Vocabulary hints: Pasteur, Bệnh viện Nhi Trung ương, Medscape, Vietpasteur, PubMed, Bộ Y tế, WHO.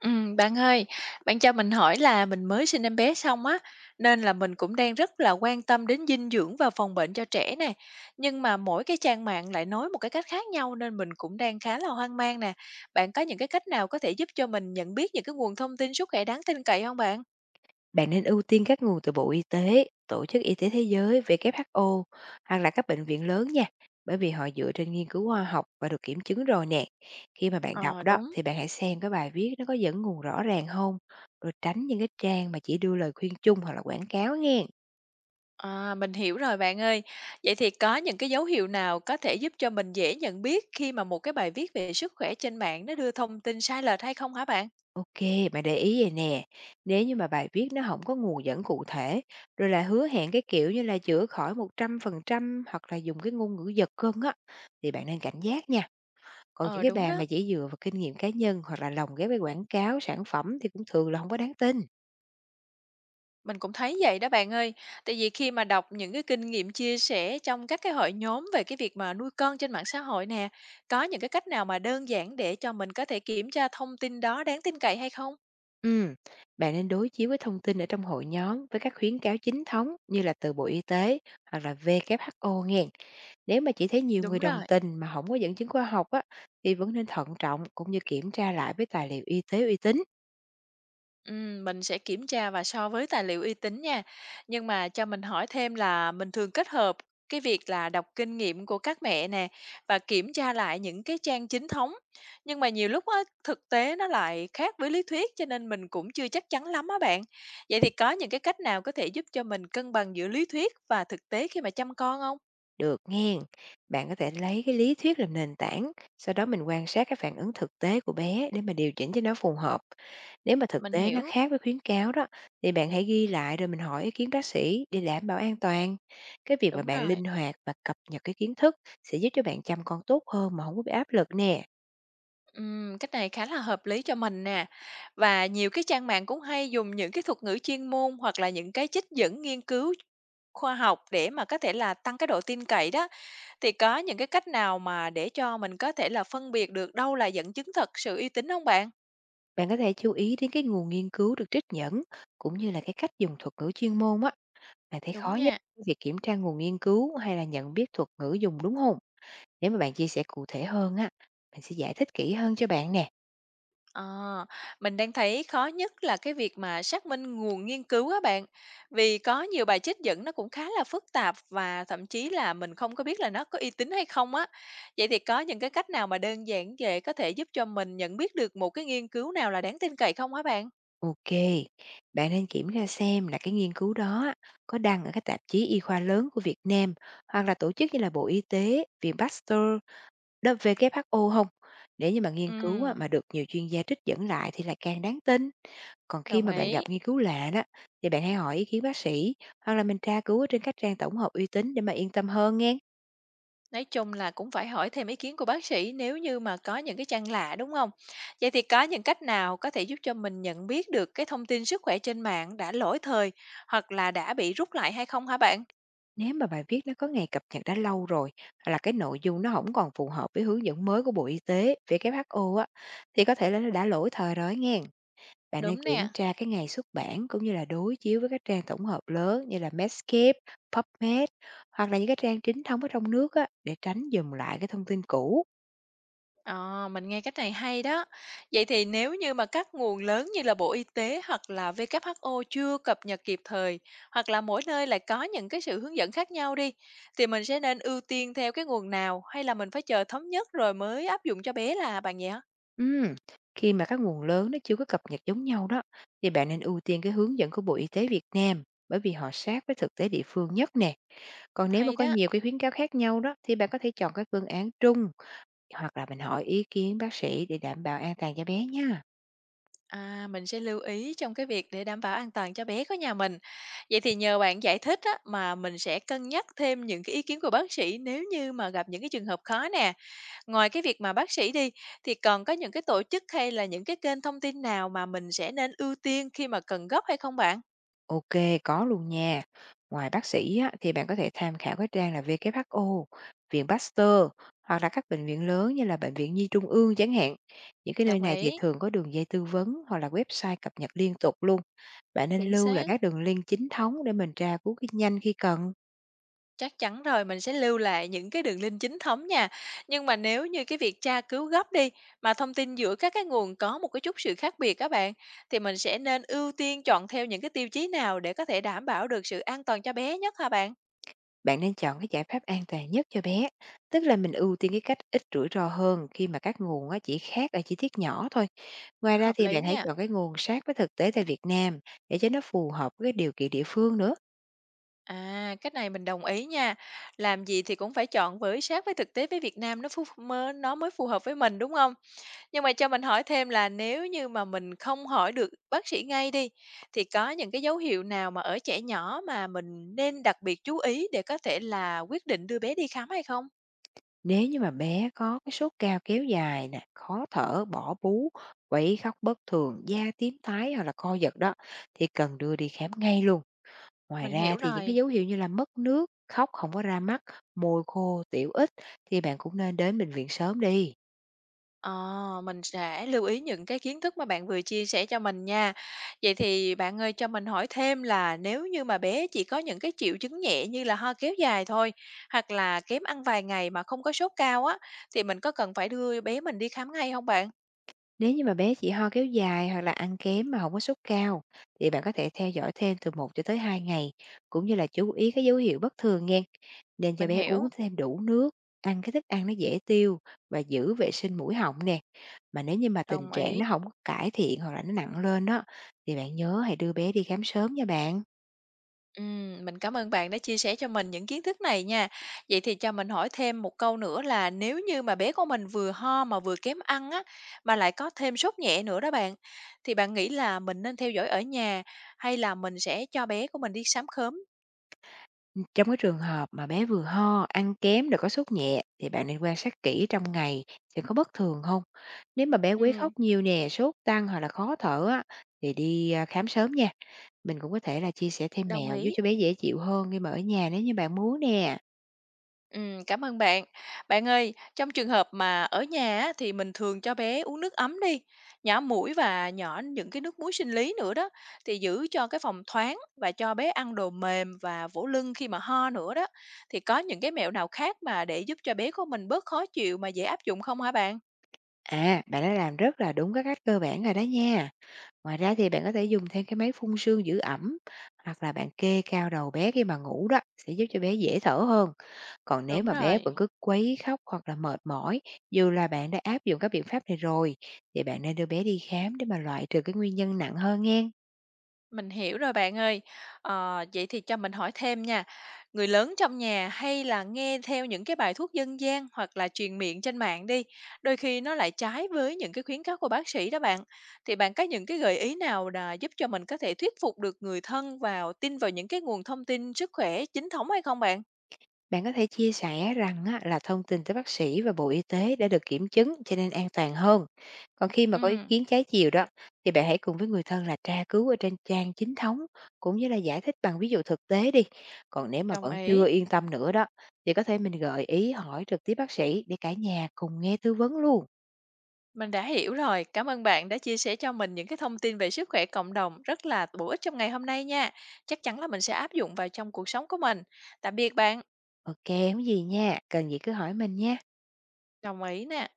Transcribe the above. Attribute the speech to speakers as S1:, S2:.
S1: Bạn ơi, bạn cho mình hỏi là mình mới sinh em bé xong á, nên là mình cũng đang rất là quan tâm đến dinh dưỡng và phòng bệnh cho trẻ nè. Nhưng mà mỗi cái trang mạng lại nói một cái cách khác nhau nên mình cũng đang khá là hoang mang nè. Bạn có những cái cách nào có thể giúp cho mình nhận biết những cái nguồn thông tin sức khỏe đáng tin cậy không bạn?
S2: Bạn nên ưu tiên các nguồn từ Bộ Y tế, Tổ chức Y tế Thế giới, WHO hoặc là các bệnh viện lớn nha, bởi vì họ dựa trên nghiên cứu khoa học và được kiểm chứng rồi nè. Khi mà bạn đọc
S1: Ờ
S2: đó
S1: đúng.
S2: thì bạn hãy xem cái bài viết nó có dẫn nguồn rõ ràng không, rồi tránh những cái trang mà chỉ đưa lời khuyên chung hoặc là quảng cáo nghe.
S1: À, mình hiểu rồi bạn ơi. Vậy thì có những cái dấu hiệu nào có thể giúp cho mình dễ nhận biết khi mà một cái bài viết về sức khỏe trên mạng nó đưa thông tin sai lệch hay không hả bạn?
S2: Ok, bạn để ý vậy nè, nếu như mà bài viết nó không có nguồn dẫn cụ thể, rồi là hứa hẹn cái kiểu như là chữa khỏi 100% hoặc là dùng cái ngôn ngữ giật gân á, thì bạn nên cảnh giác nha. Còn những
S1: Ờ
S2: cái
S1: đúng
S2: bà
S1: đó.
S2: mà chỉ dựa vào kinh nghiệm cá nhân hoặc là lồng ghép với quảng cáo, sản phẩm thì cũng thường là không có đáng tin.
S1: Mình cũng thấy vậy đó bạn ơi. Tại vì khi mà đọc những cái kinh nghiệm chia sẻ trong các cái hội nhóm về cái việc mà nuôi con trên mạng xã hội nè, có những cái cách nào mà đơn giản để cho mình có thể kiểm tra thông tin đó đáng tin cậy hay không?
S2: Ừm, Bạn nên đối chiếu với thông tin ở trong hội nhóm với các khuyến cáo chính thống như là từ Bộ Y tế hoặc là WHO nghen. Nếu mà chỉ thấy nhiều
S1: Đúng
S2: người đồng
S1: rồi.
S2: tình mà không có dẫn chứng khoa học á, thì vẫn nên thận trọng cũng như kiểm tra lại với tài liệu y tế uy tín.
S1: Mình sẽ kiểm tra và so với tài liệu uy tín nha. Nhưng mà cho mình hỏi thêm là mình thường kết hợp cái việc là đọc kinh nghiệm của các mẹ nè và kiểm tra lại những cái trang chính thống. Nhưng mà nhiều lúc á, thực tế nó lại khác với lý thuyết cho nên mình cũng chưa chắc chắn lắm á bạn. Vậy thì có những cái cách nào có thể giúp cho mình cân bằng giữa lý thuyết và thực tế khi mà chăm con không?
S2: Được nghe. Bạn có thể lấy cái lý thuyết làm nền tảng, sau đó mình quan sát cái phản ứng thực tế của bé để mà điều chỉnh cho nó phù hợp. Nếu mà thực
S1: Mình
S2: tế nó
S1: hiểu,
S2: khác với khuyến cáo đó, thì bạn hãy ghi lại rồi mình hỏi ý kiến bác sĩ để đảm bảo an toàn. Cái việc mà
S1: đúng
S2: bạn
S1: rồi.
S2: linh hoạt và cập nhật cái kiến thức sẽ giúp cho bạn chăm con tốt hơn mà không có bị áp lực nè.
S1: Cách này khá là hợp lý cho mình nè. Và nhiều cái trang mạng cũng hay dùng những cái thuật ngữ chuyên môn hoặc là những cái trích dẫn nghiên cứu khoa học để mà có thể là tăng cái độ tin cậy đó. Thì có những cái cách nào mà để cho mình có thể là phân biệt được đâu là dẫn chứng thật, sự uy tín không bạn?
S2: Bạn có thể chú ý đến cái nguồn nghiên cứu được trích dẫn cũng như là cái cách dùng thuật ngữ chuyên môn á. Bạn thấy
S1: Đúng
S2: khó nhất
S1: nha.
S2: cái việc kiểm tra nguồn nghiên cứu hay là nhận biết thuật ngữ dùng đúng không? Nếu mà bạn chia sẻ cụ thể hơn á, mình sẽ giải thích kỹ hơn cho bạn nè.
S1: Ờ, mình đang thấy khó nhất là cái việc mà xác minh nguồn nghiên cứu á bạn. Vì có nhiều bài trích dẫn nó cũng khá là phức tạp và thậm chí là mình không có biết là nó có uy tín hay không á. Vậy thì có những cái cách nào mà đơn giản về có thể giúp cho mình nhận biết được một cái nghiên cứu nào là đáng tin cậy không hả bạn?
S2: Ok, bạn nên kiểm tra xem là cái nghiên cứu đó á, có đăng ở các tạp chí y khoa lớn của Việt Nam hoặc là tổ chức như là Bộ Y tế, Pasteur, Vietpasteur, O không? Nếu như mà nghiên
S1: Ừ,
S2: cứu á, mà được nhiều chuyên gia trích dẫn lại thì là càng đáng tin. Còn khi
S1: đồng
S2: mà bạn
S1: ý.
S2: gặp nghiên cứu lạ đó, thì bạn hãy hỏi ý kiến bác sĩ hoặc là mình tra cứu ở trên các trang tổng hợp uy tín để mà yên tâm hơn nghe.
S1: Nói chung là cũng phải hỏi thêm ý kiến của bác sĩ nếu như mà có những cái trang lạ, đúng không? Vậy thì có những cách nào có thể giúp cho mình nhận biết được cái thông tin sức khỏe trên mạng đã lỗi thời hoặc là đã bị rút lại hay không hả bạn?
S2: Nếu mà bài viết nó có ngày cập nhật đã lâu rồi hoặc là cái nội dung nó không còn phù hợp với hướng dẫn mới của Bộ Y tế, WHO á, thì có thể là nó đã lỗi thời rồi nghe. Bạn nên
S1: Đúng
S2: kiểm
S1: nè.
S2: tra cái ngày xuất bản cũng như là đối chiếu với các trang tổng hợp lớn như là Medscape, PubMed hoặc là những cái trang chính thống ở trong nước á, để tránh dùng lại cái thông tin cũ.
S1: Ờ, mình nghe cách này hay đó. Vậy thì nếu như mà các nguồn lớn như là Bộ Y tế hoặc là WHO chưa cập nhật kịp thời, hoặc là mỗi nơi lại có những cái sự hướng dẫn khác nhau đi, thì mình sẽ nên ưu tiên theo cái nguồn nào, hay là mình phải chờ thống nhất rồi mới áp dụng cho bé là bạn nhỉ?
S2: Ừm, Khi mà các nguồn lớn nó chưa có cập nhật giống nhau đó, thì bạn nên ưu tiên cái hướng dẫn của Bộ Y tế Việt Nam bởi vì họ sát với thực tế địa phương nhất nè. Còn nếu mà
S1: Hay
S2: có
S1: đó.
S2: nhiều cái khuyến cáo khác nhau đó, thì bạn có thể chọn cái phương án trung hoặc là mình hỏi ý kiến bác sĩ để đảm bảo an toàn cho bé nha.
S1: À, mình sẽ lưu ý trong cái việc để đảm bảo an toàn cho bé của nhà mình. Vậy thì nhờ bạn giải thích á, mà mình sẽ cân nhắc thêm những cái ý kiến của bác sĩ nếu như mà gặp những cái trường hợp khó nè. Ngoài cái việc mà bác sĩ đi, thì còn có những cái tổ chức hay là những cái kênh thông tin nào mà mình sẽ nên ưu tiên khi mà cần gấp hay không bạn?
S2: Ok, có luôn nha. Ngoài bác sĩ á, thì bạn có thể tham khảo cái trang là WHO, Viện Pasteur hoặc là các bệnh viện lớn như là Bệnh viện Nhi Trung ương chẳng hạn. Những cái nơi
S1: Đồng
S2: này thì
S1: ý,
S2: thường có đường dây tư vấn hoặc là website cập nhật liên tục luôn. Bạn nên
S1: chính
S2: lưu là
S1: xác.
S2: các đường link chính thống để mình tra cứu cái nhanh khi cần.
S1: Chắc chắn rồi, mình sẽ lưu lại những cái đường link chính thống nha. Nhưng mà nếu như cái việc tra cứu gấp đi, mà thông tin giữa các cái nguồn có một cái chút sự khác biệt các bạn, thì mình sẽ nên ưu tiên chọn theo những cái tiêu chí nào để có thể đảm bảo được sự an toàn cho bé nhất hả bạn?
S2: Bạn nên chọn cái giải pháp an toàn nhất cho bé, tức là mình ưu tiên cái cách ít rủi ro hơn khi mà các nguồn á, chỉ khác ở chi tiết nhỏ thôi. Ngoài ra
S1: Hợp
S2: thì
S1: lý
S2: bạn hãy
S1: nha.
S2: chọn cái nguồn sát với thực tế tại Việt Nam để cho nó phù hợp với cái điều kiện địa phương nữa.
S1: À, cái này mình đồng ý nha. Làm gì thì cũng phải chọn với sát với thực tế với Việt Nam, nó phù mơ nó mới phù hợp với mình, đúng không? Nhưng mà cho mình hỏi thêm là nếu như mà mình không hỏi được bác sĩ ngay đi, thì có những cái dấu hiệu nào mà ở trẻ nhỏ mà mình nên đặc biệt chú ý để có thể là quyết định đưa bé đi khám hay không?
S2: Nếu như mà bé có cái sốt cao kéo dài nè, khó thở, bỏ bú, quấy khóc bất thường, da tím tái hoặc là co giật đó thì cần đưa đi khám ngay luôn. Ngoài
S1: Mình
S2: ra
S1: hiểu
S2: thì những cái
S1: rồi.
S2: dấu hiệu như là mất nước, khóc không có ra mắt, môi khô, tiểu ít thì bạn cũng nên đến bệnh viện sớm đi.
S1: Ờ, mình sẽ lưu ý những cái kiến thức mà bạn vừa chia sẻ cho mình nha. Vậy thì bạn ơi, cho mình hỏi thêm là nếu như mà bé chỉ có những cái triệu chứng nhẹ như là ho kéo dài thôi, hoặc là kém ăn vài ngày mà không có sốt cao á, thì mình có cần phải đưa bé mình đi khám ngay không bạn?
S2: Nếu như mà bé chỉ ho kéo dài hoặc là ăn kém mà không có sốt cao thì bạn có thể theo dõi thêm từ 1 cho tới 2 ngày cũng như là chú ý cái dấu hiệu bất thường nghe. Nên cho
S1: Mình
S2: bé
S1: hiểu,
S2: uống thêm đủ nước, ăn cái thức ăn nó dễ tiêu và giữ vệ sinh mũi họng nè. Mà nếu như mà tình
S1: đồng
S2: trạng
S1: ý.
S2: nó không có cải thiện hoặc là nó nặng lên đó thì bạn nhớ hãy đưa bé đi khám sớm nha bạn.
S1: Mình cảm ơn bạn đã chia sẻ cho mình những kiến thức này nha. Vậy thì cho mình hỏi thêm một câu nữa là nếu như mà bé của mình vừa ho mà vừa kém ăn á, mà lại có thêm sốt nhẹ nữa đó bạn, thì bạn nghĩ là mình nên theo dõi ở nhà hay là mình sẽ cho bé của mình đi khám khớm?
S2: Trong cái trường hợp mà bé vừa ho, ăn kém rồi có sốt nhẹ thì bạn nên quan sát kỹ trong ngày thì có bất thường không. Nếu mà bé quấy
S1: Ừm,
S2: khóc nhiều nè, sốt tăng hoặc là khó thở á thì đi, khám sớm nha. Mình cũng có thể là chia sẻ thêm
S1: đồng
S2: mẹo giúp
S1: ý.
S2: cho bé dễ chịu hơn khi mà ở nhà nếu như bạn muốn nè.
S1: Cảm ơn bạn. Bạn ơi, trong trường hợp mà ở nhà á, thì mình thường cho bé uống nước ấm đi, nhỏ muỗi và nhỏ những cái nước muối sinh lý nữa đó, thì giữ cho cái phòng thoáng và cho bé ăn đồ mềm và vỗ lưng khi mà ho nữa đó. Thì có những cái mẹo nào khác mà để giúp cho bé của mình bớt khó chịu mà dễ áp dụng không hả bạn?
S2: À, bạn đã làm rất là đúng các cách cơ bản rồi đó nha. Ngoài ra thì bạn có thể dùng thêm cái máy phun sương giữ ẩm hoặc là bạn kê cao đầu bé khi mà ngủ đó sẽ giúp cho bé dễ thở hơn. Còn nếu
S1: Đúng
S2: mà bé
S1: rồi.
S2: vẫn cứ quấy khóc hoặc là mệt mỏi dù là bạn đã áp dụng các biện pháp này rồi thì bạn nên đưa bé đi khám để mà loại trừ cái nguyên nhân nặng hơn nghe.
S1: Mình hiểu rồi bạn ơi. Vậy thì cho mình hỏi thêm nha, người lớn trong nhà hay là nghe theo những cái bài thuốc dân gian hoặc là truyền miệng trên mạng đi, đôi khi nó lại trái với những cái khuyến cáo của bác sĩ đó bạn. Thì bạn có những cái gợi ý nào là giúp cho mình có thể thuyết phục được người thân vào tin vào những cái nguồn thông tin sức khỏe chính thống hay không bạn?
S2: Bạn có thể chia sẻ rằng á, là thông tin tới bác sĩ và Bộ Y tế đã được kiểm chứng cho nên an toàn hơn. Còn khi mà
S1: Ừ,
S2: có ý kiến trái chiều đó, thì bạn hãy cùng với người thân là tra cứu ở trên trang chính thống cũng như là giải thích bằng ví dụ thực tế đi. Còn nếu mà
S1: đồng
S2: vẫn
S1: ý.
S2: chưa yên tâm nữa đó, thì có thể mình gợi ý hỏi trực tiếp bác sĩ để cả nhà cùng nghe tư vấn luôn.
S1: Mình đã hiểu rồi. Cảm ơn bạn đã chia sẻ cho mình những cái thông tin về sức khỏe cộng đồng rất là bổ ích trong ngày hôm nay nha. Chắc chắn là mình sẽ áp dụng vào trong cuộc sống của mình. Tạm biệt bạn.
S2: Ok, không gì nha, cần gì cứ hỏi mình nha.
S1: Đồng ý nè.